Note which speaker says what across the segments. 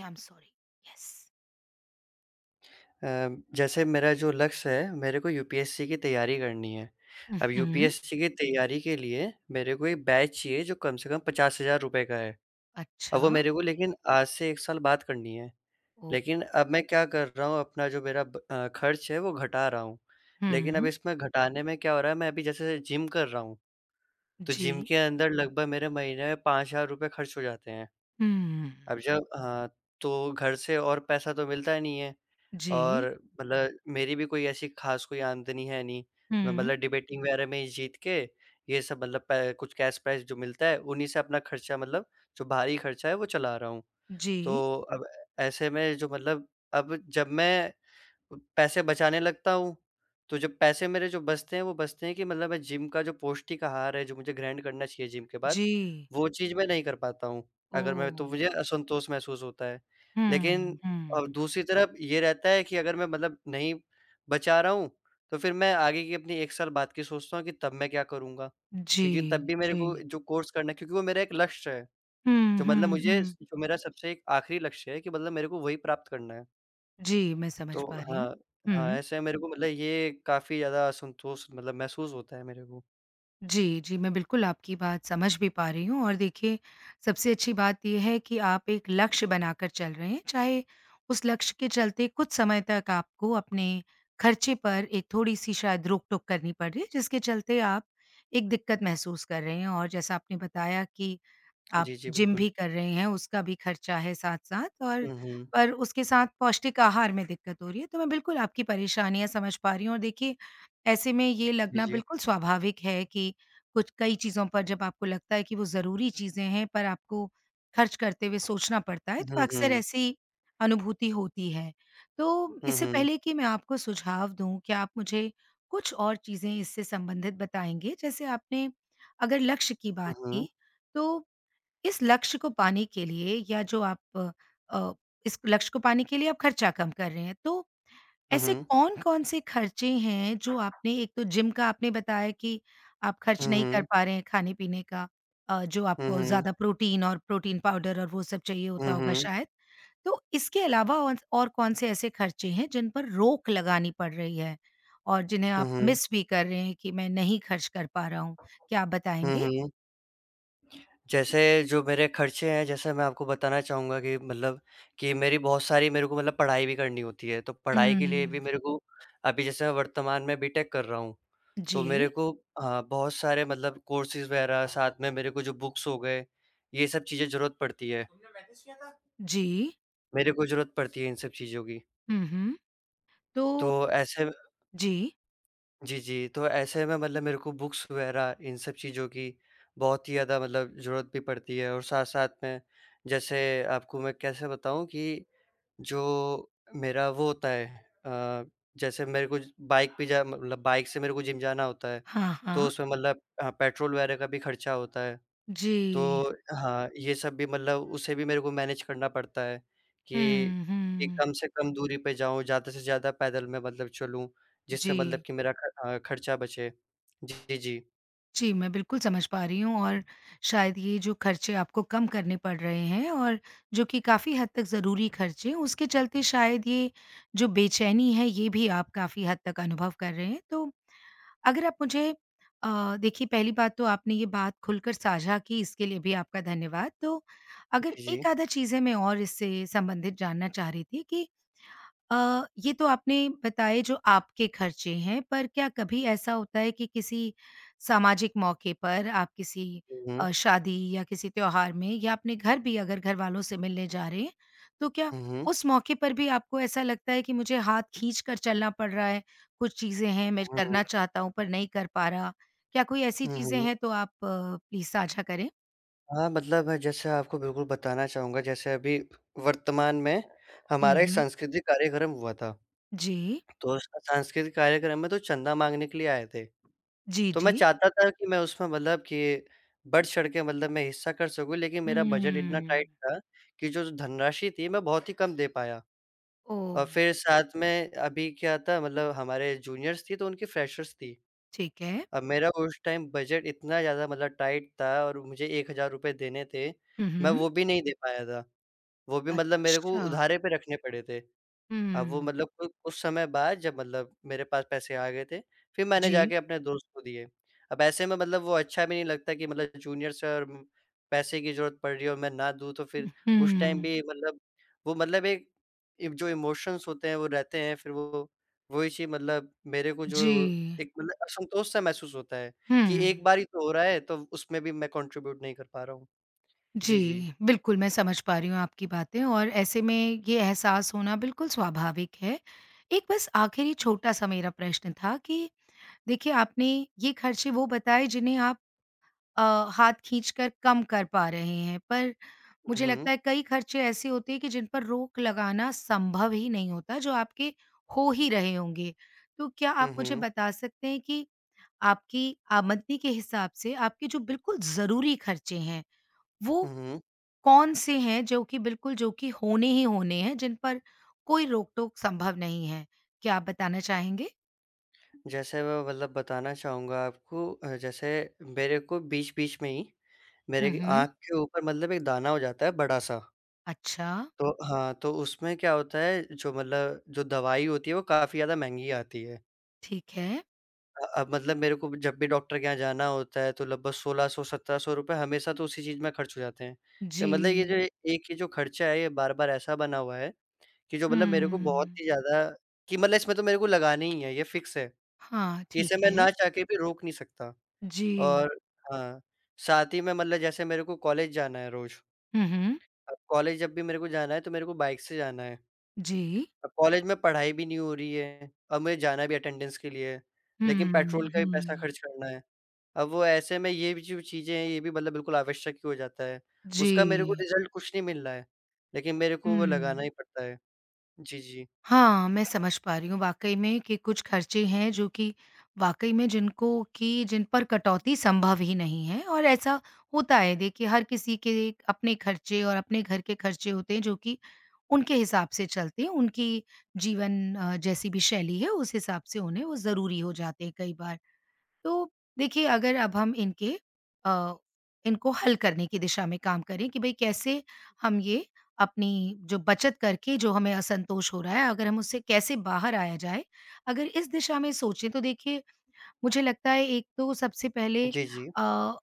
Speaker 1: I am sorry. Yes.
Speaker 2: Uh, जैसे मेरा जो लक्ष्य है, मेरे को यूपीएससी की तैयारी करनी है। अब
Speaker 1: उहुँ,
Speaker 2: यूपीएससी की तैयारी के लिए मेरे को एक बैच चाहिए जो कम से कम ₹50,000 का है। अब वो
Speaker 1: अच्छा,
Speaker 2: मेरे को लेकिन आज से 1 साल बाद करनी है।
Speaker 1: ओ,
Speaker 2: लेकिन अब मैं क्या कर रहा हूँ अपना जो मेरा खर्च है वो घटा रहा हूँ। लेकिन अब
Speaker 1: हुँ,
Speaker 2: इसमें घटाने में क्या हो रहा है मैं अभी जैसे जिम कर रहा हूँ, तो जिम
Speaker 1: जी,
Speaker 2: के अंदर लगभग मेरे महीने में ₹5000 खर्च हो जाते हैं।
Speaker 1: हुँ,
Speaker 2: अब जब हाँ, तो घर से और पैसा तो मिलता नहीं है। और
Speaker 1: जी,
Speaker 2: मतलब मेरी भी कोई ऐसी खास कोई आमदनी है नहीं। मैं
Speaker 1: हुँ,
Speaker 2: मतलब डिबेटिंग वगैरह में ही जीत के ये सब मतलब पै कुछ कैश प्राइज़ जो मिलता है, उन्हीं से अपना खर्चा मतलब जो बाहरी खर्चा है वो चला रहा हूँ।
Speaker 1: जी,
Speaker 2: तो अब ऐसे में जो मतलब अब जब मैं पैसे बचाने लगता हूँ, तो जब पैसे मेरे जो बचते हैं, वो बचते हैं कि मतलब मैं जिम का जो पौष्टिक आहार है, जो मुझे ग्रहण करना चाहिए जिम के बाद,
Speaker 1: जी,
Speaker 2: वो चीज़ मैं नहीं कर पाता हूँ। अगर मैं
Speaker 1: ओह!
Speaker 2: तो मुझे असंतोष महसूस होता है। लेकिन
Speaker 1: हुँ, हुँ,
Speaker 2: दूसरी तरफ ये रहता है कि अगर मैं मतलब नहीं बचा रहा हूँ, तो फिर मैं आगे की अपनी 1 साल बाद की सोचता हूँ कि तब मैं क्या करूँगा?
Speaker 1: जी,
Speaker 2: क्योंकि तब भी मेरे
Speaker 1: जी,
Speaker 2: को जो कोर्स करना है क्योंकि वो मेरा एक लक्ष्य है,
Speaker 1: हुँ,
Speaker 2: जो मतलब
Speaker 1: हुँ,
Speaker 2: मुझे
Speaker 1: हुँ,
Speaker 2: जो मेरा सबसे एक आखिरी लक्ष्य है कि मतलब मेरे को वही प्राप्त करना है।
Speaker 1: जी, मैं समझ
Speaker 2: तो
Speaker 1: पा रही हूँ।
Speaker 2: हाँ, हाँ,
Speaker 1: हुँ।
Speaker 2: ऐसे मेरे को मतलब ये काफ़ी ज़्यादा असंतोष मतलब महसूस होता है मेरे को।
Speaker 1: जी, जी। मैं बिल्कुल आपकी बात समझ भी पा रही हूँ और देखिए, सबसे अच्छी बात ये है कि आप एक लक्ष्य बनाकर चल रहे हैं, चाहे उस लक्ष्य के चलते कुछ समय तक आपको अपने खर्चे पर एक थोड़ी-सी शायद रोक-टोक करनी पड़ रही है, जिसके चलते आप एक दिक्कत महसूस कर रहे हैं और जैसा आपने बताया कि आप
Speaker 2: जी, जी,
Speaker 1: जिम
Speaker 2: बिल्कुल।
Speaker 1: भी कर रहे हैं, उसका भी खर्चा है साथ-साथ और
Speaker 2: हुँ, हुँ।
Speaker 1: पर उसके साथ पौष्टिक आहार में दिक्कत हो रही है। तो मैं बिल्कुल आपकी परेशानियाँ समझ पा रही हूँ और देखिए, ऐसे में ये
Speaker 2: जी,
Speaker 1: लगना
Speaker 2: जी।
Speaker 1: बिल्कुल स्वाभाविक है कि कुछ कई चीज़ों पर जब आपको लगता है कि वो ज़रूरी चीज़ें हैं, पर आपको खर्च करते हुए सोचना पड़ता है, तो
Speaker 2: हुँ,
Speaker 1: अक्सर
Speaker 2: हुँ।
Speaker 1: ऐसी अनुभूति होती है। तो
Speaker 2: हुँ,
Speaker 1: इससे
Speaker 2: हुँ।
Speaker 1: पहले कि मैं आपको सुझाव दूँ, क्या आप मुझे कुछ और चीज़ें इससे संबंधित बताएँगे? जैसे आपने अगर लक्ष्य की
Speaker 2: हुँ,
Speaker 1: बात
Speaker 2: हुँ।
Speaker 1: की, तो इस लक्ष्य को पाने के लिए या जो आप अ, इस लक्ष्य को पाने के लिए आप खर्चा कम कर रहे हैं, तो
Speaker 2: हुँ,
Speaker 1: ऐसे
Speaker 2: हुँ।
Speaker 1: कौन-कौन से खर्चे हैं जो आपने एक तो जिम का आपने बताया कि आप खर्च
Speaker 2: हुँ,
Speaker 1: नहीं कर
Speaker 2: हुँ।
Speaker 1: पा रहे हैं खाने-पीने का जो
Speaker 2: हुँ,
Speaker 1: आपको
Speaker 2: हुँ।
Speaker 1: ज़्यादा प्रोटीन और प्रोटीन पाउडर और वो सब चाहिए होता
Speaker 2: हुँ,
Speaker 1: होगा
Speaker 2: हुँ।
Speaker 1: शायद। तो इसके अलावा और कौन से ऐसे खर्चे हैं जिन पर रोक लगानी पड़ रही है और जिन्हें
Speaker 2: हुँ,
Speaker 1: आप
Speaker 2: हुँ।
Speaker 1: मिस भी कर रहे हैं कि मैं नहीं खर्च कर पा रहा हूँ? क्या आप
Speaker 2: हुँ,
Speaker 1: बताएँगे?
Speaker 2: हुँ। जैसे जो मेरे खर्चे हैं, जैसे मैं आपको बताना चाहूँगा कि मतलब कि मेरी बहुत सारी मेरे को मतलब पढ़ाई भी करनी होती है, तो पढ़ाई के लिए भी
Speaker 1: हुँ।
Speaker 2: मेरे को अभी जैसे मैं वर्तमान में बीटेक कर रहा हूँ। तो मेरे
Speaker 1: जी,
Speaker 2: को हाँ, बहुत सारे मतलब कोर्सेज़ वगैरह साथ में मेरे को जो बुक्स हो गए, ये सब चीज़ें ज़रूरत पड़ती है।
Speaker 1: जी।
Speaker 2: मेरे को ज़रूरत पड़ती है इन सब चीज़ों की।
Speaker 1: हुँ, हुँ।
Speaker 2: तो
Speaker 1: तो
Speaker 2: ऐसे
Speaker 1: जी।
Speaker 2: जी, जी, तो ऐसे में मतलब मेरे को बुक्स वगैरह इन सब चीज़ों की बहुत ही ज़्यादा मतलब ज़रूरत भी पड़ती है और साथ-साथ में जैसे आपको मैं कैसे बताऊँ कि जो मेरा वो होता है अ, जैसे मेरे को बाइक पे जा मतलब बाइक से मेरे को जिम जाना होता है,
Speaker 1: हाँ,
Speaker 2: तो
Speaker 1: हाँ।
Speaker 2: उसमें मतलब पेट्रोल वगैरह का भी खर्चा होता है। तो
Speaker 1: जी।
Speaker 2: हाँ, ये सब भी मतलब उसे भी मेरे को मैनेज करना पड़ता है कि
Speaker 1: हुँ,
Speaker 2: कि
Speaker 1: हुँ।
Speaker 2: कम से कम दूरी पे जाऊँ, ज़्यादा से ज़्यादा पैदल मैं मतलब चलूँ, जिससे
Speaker 1: जी।
Speaker 2: मतलब कि मेरा खर्चा बचे। जी, जी।
Speaker 1: जी, मैं बिल्कुल समझ पा रही हूँ और शायद ये जो खर्चे आपको कम करने पड़ रहे हैं और जो कि काफ़ी हद तक ज़रूरी खर्चे हैं, उसके चलते शायद ये जो बेचैनी है, ये भी आप काफ़ी हद तक अनुभव कर रहे हैं। तो अगर आप मुझे देखिए पहली बात तो आपने ये बात खुलकर साझा की, इसके लिए भी आपका धन्यवाद। तो अगर
Speaker 2: जी,
Speaker 1: एक
Speaker 2: जी।
Speaker 1: आधा चीज़ें मैं और इससे संबंधित जानना चाह रही थी कि ये तो आपने बताए जो आपके खर्चे हैं, पर क्या कभी ऐसा होता है कि किसी सामाजिक मौके पर आप किसी
Speaker 2: हुँ,
Speaker 1: शादी या किसी त्योहार में या अपने घर भी अगर घरवालों से मिलने जा रहे हैं, तो क्या
Speaker 2: हुँ, हुँ,
Speaker 1: उस मौके पर भी आपको ऐसा लगता है कि मुझे हाथ खींच कर चलना पड़ रहा है, कुछ चीज़ें हैं मैं
Speaker 2: हुँ,
Speaker 1: करना चाहता हूँ पर नहीं कर पा रहा? क्या कोई ऐसी
Speaker 2: हुँ,
Speaker 1: चीज़ें
Speaker 2: हुँ।
Speaker 1: हैं तो आप प्लीज़ साझा करें?
Speaker 2: हाँ, मतलब जैसे आपको बिल्कुल बताना चाहूँगा, जैसे अभी वर्तमान में
Speaker 1: हुँ,
Speaker 2: हमारा एक
Speaker 1: हुँ।
Speaker 2: सांस्कृतिक कार्यक्रम हुआ था,
Speaker 1: जी।
Speaker 2: तो उस सांस्कृतिक कार्यक्रम में तो चंदा माँगने के लिए आए थे।
Speaker 1: जी,
Speaker 2: तो मैं
Speaker 1: जी।
Speaker 2: चाहता था कि मैं उसमें मतलब कि बढ़-चढ़ के मतलब मैं हिस्सा कर सकूँ, लेकिन मेरा बजट इतना
Speaker 1: हुँ।
Speaker 2: टाइट था कि जो धनराशि थी, मैं बहुत ही कम दे पाया। और
Speaker 1: ओह!
Speaker 2: फिर साथ में अभी क्या था मतलब हमारे जूनियर्स थी तो उनकी फ्रेशर्स थी।
Speaker 1: ठीक है।
Speaker 2: अब मेरा उस टाइम बजट इतना ज़्यादा मतलब टाइट था और मुझे ₹1000 देने थे,
Speaker 1: हुँ,
Speaker 2: मैं
Speaker 1: हुँ।
Speaker 2: वो भी नहीं दे पाया था। वो भी मतलब मेरे को
Speaker 1: अच्छा।
Speaker 2: उधारे पे रखने पड़े थे। अब वो
Speaker 1: हुँ।
Speaker 2: मतलब कोई कुछ समय बाद जब मतलब मेरे पास पैसे आ गए थे, फिर मैंने
Speaker 1: जी।
Speaker 2: जाके अपने दोस्त को दिए। अब ऐसे में मतलब वो अच्छा भी नहीं लगता कि मतलब जूनियर से और पैसे की ज़रूरत पड़ रही है और मैं ना दूँ तो फिर
Speaker 1: हुँ।
Speaker 2: उस टाइम भी मतलब वो मतलब एक एक जो इमोशंस होते हैं वो रहते हैं, फिर वो वही चीज़ मतलब मेरे को जो
Speaker 1: जी।
Speaker 2: एक मतलब असंतोष सा महसूस होता है कि एक
Speaker 1: हुँ।
Speaker 2: बार ही तो हो रहा है, तो उसमें भी मैं कंट्रीब्यूट नहीं कर पा रहा हूँ। जी, जी।
Speaker 1: जी, बिल्कुल मैं समझ पा रही हूँ आपकी बातें और ऐसे में ये एहसास होना बिल्कुल स्वाभाविक है। एक बस आखिरी छोटा-सा मेरा प्रश्न था कि देखिए आपने ये खर्चे वो बताए जिन्हें आप अ, हाथ खींचकर कम कर पा रहे हैं, पर
Speaker 2: हुँ,
Speaker 1: मुझे
Speaker 2: हुँ।
Speaker 1: लगता है कई खर्चे ऐसे होते हैं कि जिन पर रोक लगाना संभव ही नहीं होता, जो आपके हो ही रहे होंगे। तो क्या
Speaker 2: हुँ,
Speaker 1: आप मुझे
Speaker 2: हुँ।
Speaker 1: बता सकते हैं कि आपकी आमदनी के हिसाब से आपके जो बिल्कुल ज़रूरी खर्चे हैं,
Speaker 2: हुँ,
Speaker 1: वो
Speaker 2: हुँ।
Speaker 1: कौन-से हैं जो कि बिल्कुल जो कि होने ही होने हैं, जिन पर कोई रोक-टोक संभव नहीं है? क्या आप बताना चाहेंगे?
Speaker 2: जैसे मैं मतलब बताना चाहूँगा आपको जैसे मेरे को बीच-बीच में ही मेरे
Speaker 1: हुँ,
Speaker 2: की आँख
Speaker 1: हुँ।
Speaker 2: के ऊपर मतलब एक दाना हो जाता है बड़ा-सा।
Speaker 1: अच्छा,
Speaker 2: तो हाँ, तो उसमें क्या होता है जो मतलब जो दवाई होती है वो काफ़ी ज़्यादा महँगी आती है।
Speaker 1: ठीक है।
Speaker 2: अब मतलब मेरे को जब भी डॉक्टर के यहाँ जाना होता है तो लगभग 1600 ₹1700 रुपए हमेशा तो उसी चीज़ में खर्च हो जाते हैं। तो
Speaker 1: जी।
Speaker 2: मतलब ये जो एक ये जो खर्चा है ये बार-बार ऐसा बना हुआ है कि जो मतलब मेरे को बहुत
Speaker 1: हुँ।
Speaker 2: ही ज़्यादा कि मतलब इसमें तो मेरे को लगाना ही है, ये फिक्स है
Speaker 1: हाँ,
Speaker 2: कि
Speaker 1: ठीक
Speaker 2: इसे मैं
Speaker 1: है।
Speaker 2: ना चाह के भी रोक नहीं सकता।
Speaker 1: जी।
Speaker 2: और हाँ, साथ ही में मतलब जैसे मेरे को कॉलेज जाना है रोज़,
Speaker 1: हुँ, हुँ।
Speaker 2: अब कॉलेज जब भी मेरे को जाना है तो मेरे को बाइक से जाना है।
Speaker 1: जी।
Speaker 2: अब कॉलेज में पढ़ाई भी नहीं हो रही है और मुझे जाना भी अटेंडेंस के लिए है, लेकिन पेट्रोल
Speaker 1: हुँ,
Speaker 2: का भी पैसा
Speaker 1: हुँ।
Speaker 2: खर्च करना है। अब वो ऐसे में ये भी जो चीज़ें हैं ये भी मतलब बिल्कुल आवश्यक ही हो जाता है।
Speaker 1: जी।
Speaker 2: उसका मेरे को रिज़ल्ट कुछ नहीं मिल रहा है, लेकिन मेरे को वो लगाना
Speaker 1: हुँ।
Speaker 2: ही पड़ता है। जी, जी।
Speaker 1: हाँ, मैं समझ पा रही हूँ वाक़ई में कि कुछ खर्चे हैं जो कि वाक़ई में जिनको कि जिन पर कटौती संभव ही नहीं है और ऐसा होता है देखिए हर किसी के अपने खर्चे और अपने घर के खर्चे होते हैं जो कि उनके हिसाब से चलते हैं, उनकी जीवन जैसी भी शैली है उस हिसाब से उन्हें वो ज़रूरी हो जाते हैं कई बार। तो देखिए अगर अब हम इनके अ, इनको हल करने की दिशा में काम करें कि भाई कैसे हम ये अपनी जो बचत करके जो हमें असंतोष हो रहा है अगर हम उससे कैसे बाहर आया जाए अगर इस दिशा में सोचें तो देखिए मुझे लगता है एक तो सबसे पहले
Speaker 2: जी, जी।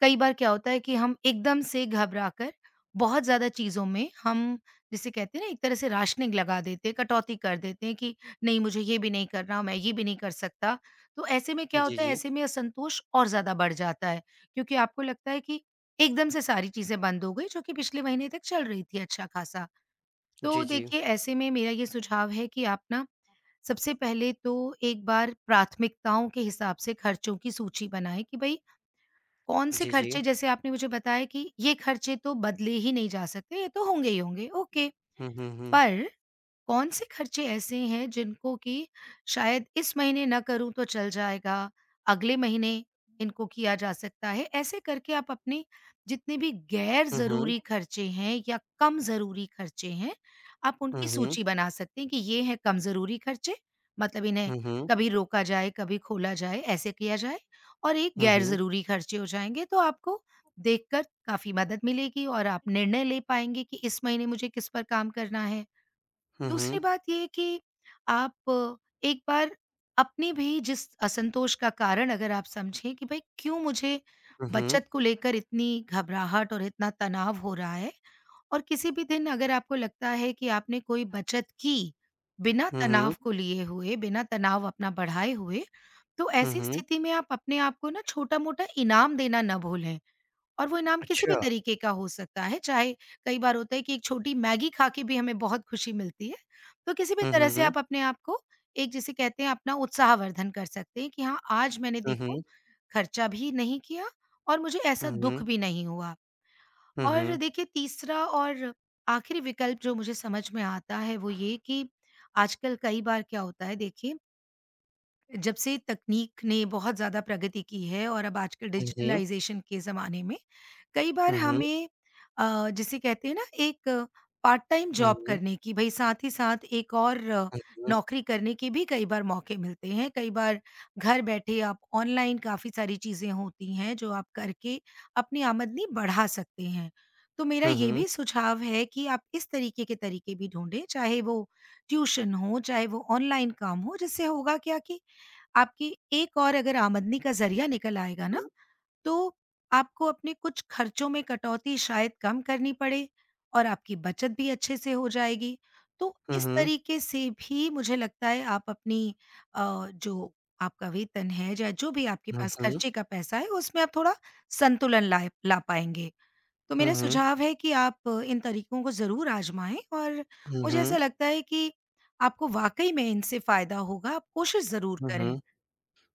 Speaker 1: कई बार क्या होता है कि हम एकदम से घबराकर बहुत ज़्यादा चीज़ों में हम जिसे कहते हैं ना एक तरह से राशनिंग लगा देते हैं, कटौती कर देते हैं कि नहीं मुझे ये भी नहीं करना, मैं ये भी नहीं कर सकता। तो ऐसे में क्या
Speaker 2: जी,
Speaker 1: होता है
Speaker 2: जी।
Speaker 1: ऐसे में असंतोष और ज़्यादा बढ़ जाता है, क्योंकि आपको लगता है कि एकदम से सारी चीज़ें बंद हो गई जो कि पिछले महीने तक चल रही थी अच्छा-खासा। तो
Speaker 2: जी, जी।
Speaker 1: देखिए ऐसे में मेरा ये सुझाव है कि आप ना सबसे पहले तो एक बार प्राथमिकताओं के हिसाब से खर्चों की सूची बनाएँ कि भई कौन से
Speaker 2: जी, जी।
Speaker 1: खर्चे जैसे आपने मुझे बताया कि ये खर्चे तो बदले ही नहीं जा सकते, ये तो होंगे ही होंगे, ओके।
Speaker 2: हुँ, हुँ, हुँ।
Speaker 1: पर कौन से खर्चे ऐसे हैं जिनको कि शायद इस महीने ना करूँ तो चल जाएगा, अगले महीने इनको किया जा सकता है। ऐसे करके आप अपने जितने भी गैर
Speaker 2: हुँ, हुँ।
Speaker 1: ज़रूरी खर्चे हैं या कम ज़रूरी खर्चे हैं, आप
Speaker 2: हुँ,
Speaker 1: उनकी
Speaker 2: हुँ।
Speaker 1: सूची बना सकते हैं कि ये हैं कम ज़रूरी खर्चे, मतलब इन्हें
Speaker 2: हुँ, हुँ।
Speaker 1: कभी रोका जाए, कभी खोला जाए, ऐसे किया जाए और एक
Speaker 2: हुँ,
Speaker 1: गैर
Speaker 2: हुँ।
Speaker 1: ज़रूरी खर्चे हो जाएँगे तो आपको देखकर काफ़ी मदद मिलेगी और आप निर्णय ले पाएँगे कि इस महीने मुझे किस पर काम करना है।
Speaker 2: हुँ,
Speaker 1: दूसरी
Speaker 2: हुँ।
Speaker 1: बात ये है कि आप एक बार अपने भी जिस असंतोष का कारण अगर आप समझें कि भाई क्यों मुझे
Speaker 2: हुँ, हुँ।
Speaker 1: बचत को लेकर इतनी घबराहट और इतना तनाव हो रहा है और किसी भी दिन अगर आपको लगता है कि आपने कोई बचत की, बिना
Speaker 2: हुँ, हुँ।
Speaker 1: तनाव को लिए हुए, बिना तनाव अपना बढ़ाए हुए, तो
Speaker 2: हुँ,
Speaker 1: ऐसी
Speaker 2: हुँ।
Speaker 1: स्थिति में आप अपने आप को ना छोटा-मोटा इनाम देना ना भूलें। और वो इनाम किसी भी
Speaker 2: अच्छा।
Speaker 1: तरीके का हो सकता है, चाहे कई बार होता है कि एक छोटी मैगी खा के भी हमें बहुत खुशी मिलती है। तो किसी भी
Speaker 2: हुँ,
Speaker 1: तरह से
Speaker 2: हुँ।
Speaker 1: आप अपने आप को एक जिसे कहते हैं अपना उत्साहवर्धन कर सकते हैं कि हाँ, आज मैंने
Speaker 2: हुँ,
Speaker 1: देखो
Speaker 2: हुँ।
Speaker 1: खर्चा भी नहीं किया और मुझे ऐसा
Speaker 2: हुँ,
Speaker 1: दुःख
Speaker 2: हुँ।
Speaker 1: भी नहीं हुआ।
Speaker 2: हुँ,
Speaker 1: और
Speaker 2: हुँ।
Speaker 1: देखिए तीसरा और आखिरी विकल्प जो मुझे समझ में आता है वो ये कि आजकल कई बार क्या होता है देखिए जब से तकनीक ने बहुत ज़्यादा प्रगति की है और अब आजकल
Speaker 2: हुँ, हुँ।
Speaker 1: डिजिटलाइजेशन के ज़माने में, कई बार
Speaker 2: हुँ, हुँ।
Speaker 1: हमें जिसे कहते हैं ना एक पार्ट टाइम
Speaker 2: हुँ,
Speaker 1: जॉब
Speaker 2: हुँ।
Speaker 1: करने की भई साथ ही साथ एक और
Speaker 2: हुँ।
Speaker 1: नौकरी करने के भी कई बार मौके मिलते हैं। कई बार घर बैठे आप ऑनलाइन काफ़ी सारी चीज़ें होती हैं जो आप करके अपनी आमदनी बढ़ा सकते हैं। तो मेरा
Speaker 2: हुँ,
Speaker 1: ये
Speaker 2: हुँ।
Speaker 1: भी सुझाव है कि आप इस तरीके के तरीके भी ढूँढें, चाहे वो ट्यूशन हो, चाहे वो ऑनलाइन काम हो, जिससे होगा क्या कि आपकी एक और अगर आमदनी का ज़रिया निकल आएगा ना,
Speaker 2: हुँ।
Speaker 1: तो आपको अपने कुछ खर्चों में कटौती शायद कम करनी पड़े और आपकी बचत भी अच्छे से हो जाएगी। तो
Speaker 2: हुँ,
Speaker 1: इस
Speaker 2: हुँ।
Speaker 1: तरीके से भी मुझे लगता है आप अपनी जो आपका वेतन है या जो भी आपके
Speaker 2: हुँ,
Speaker 1: पास
Speaker 2: हुँ।
Speaker 1: खर्चे का पैसा है, उसमें आप थोड़ा संतुलन लाए ला पाएँगे। तो
Speaker 2: हुँ,
Speaker 1: मेरा
Speaker 2: हुँ।
Speaker 1: सुझाव है कि आप इन तरीकों को ज़रूर आज़माएँ और
Speaker 2: हुँ,
Speaker 1: मुझे ऐसा
Speaker 2: हुँ।
Speaker 1: लगता है कि आपको वाक़ई में इनसे फ़ायदा होगा, आप कोशिश ज़रूर
Speaker 2: हुँ,
Speaker 1: करें।
Speaker 2: हुँ।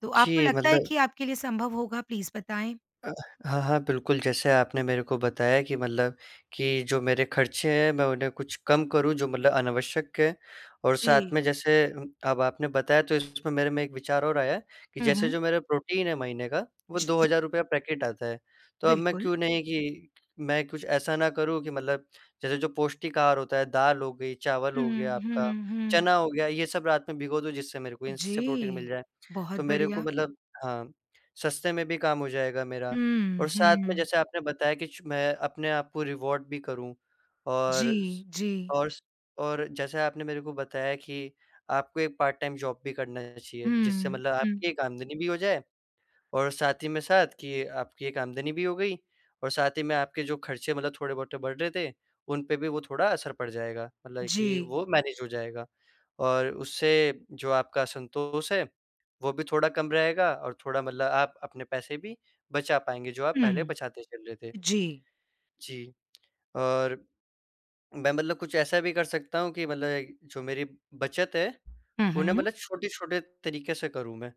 Speaker 1: तो आपको
Speaker 2: जी,
Speaker 1: लगता है
Speaker 2: मतलब
Speaker 1: कि आपके लिए संभव होगा? प्लीज़ बताएँ?
Speaker 2: अ, हाँ, हाँ, बिल्कुल, जैसे आपने मेरे को बताया कि मतलब कि जो मेरे खर्चे हैं, मैं उन्हें कुछ कम करूँ, जो मतलब अनावश्यक है और
Speaker 1: जी।
Speaker 2: साथ में जैसे अब आपने बताया, तो इसमें मेरे में एक विचार और आया कि
Speaker 1: हुँ,
Speaker 2: जैसे
Speaker 1: हुँ।
Speaker 2: जो मेरा प्रोटीन है महीने का, वो
Speaker 1: जी,
Speaker 2: ₹2000 पैकेट आता है। तो अब मैं
Speaker 1: बिल्कुल।
Speaker 2: क्यों नहीं कि मैं कुछ ऐसा ना करूँ कि मतलब जैसे जो पौष्टिक आहार होता है, दाल हो गई, चावल हो
Speaker 1: हुँ,
Speaker 2: गया आपका,
Speaker 1: हुँ, हुँ।
Speaker 2: चना हो गया, ये सब रात में भिगो दूँ, जिससे मेरे को
Speaker 1: जी,
Speaker 2: इनसे प्रोटीन मिल जाए। तो
Speaker 1: बहुत
Speaker 2: मेरे को
Speaker 1: बढ़िया।
Speaker 2: मतलब हाँ। सस्ते में भी काम हो जाएगा मेरा और
Speaker 1: हुँ,
Speaker 2: साथ में
Speaker 1: हुँ।
Speaker 2: जैसे आपने बताया कि च मैं अपने आप को रिवॉर्ड भी करूँ
Speaker 1: जी,
Speaker 2: और स
Speaker 1: जी।
Speaker 2: और स और जैसे आपने मेरे को बताया कि आपको एक पार्ट टाइम जॉब भी करना चाहिए, जिससे
Speaker 1: हुँ,
Speaker 2: मतलब
Speaker 1: हुँ।
Speaker 2: आपकी एक आमदनी भी हो जाए और साथ ही में साथ कि आपकी एक आमदनी भी हो गई और साथ ही में आपके जो खर्चे मतलब थोड़े-बहुत बढ़ रहे थे, उन पे भी वो थोड़ा असर पड़ जाएगा। मतलब
Speaker 1: जी।
Speaker 2: कि वो मैनेज हो जाएगा और उससे जो आपका असंतोष है, वो भी थोड़ा कम रहेगा और थोड़ा मतलब आप अपने पैसे भी बचा पाएँगे, जो आप पहले
Speaker 1: हुँ।
Speaker 2: बचाते चल रहे थे।
Speaker 1: जी।
Speaker 2: जी, और मैं मतलब कुछ ऐसा भी कर सकता हूँ कि मतलब जो मेरी बचत है,
Speaker 1: हुँ,
Speaker 2: उन्हें
Speaker 1: हुँ।
Speaker 2: मतलब छोटे-छोटे तरीके से करूँ मैं,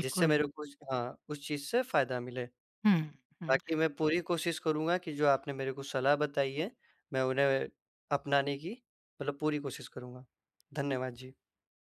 Speaker 2: जिससे मेरे को ज हाँ, उस चीज़ से फ़ायदा मिले।
Speaker 1: हुँ, हुँ।
Speaker 2: बाकी मैं पूरी कोशिश करूँगा कि जो आपने मेरे को सलाह बताई है, मैं उन्हें अपनाने की मतलब पूरी कोशिश करूँगा। धन्यवाद जी।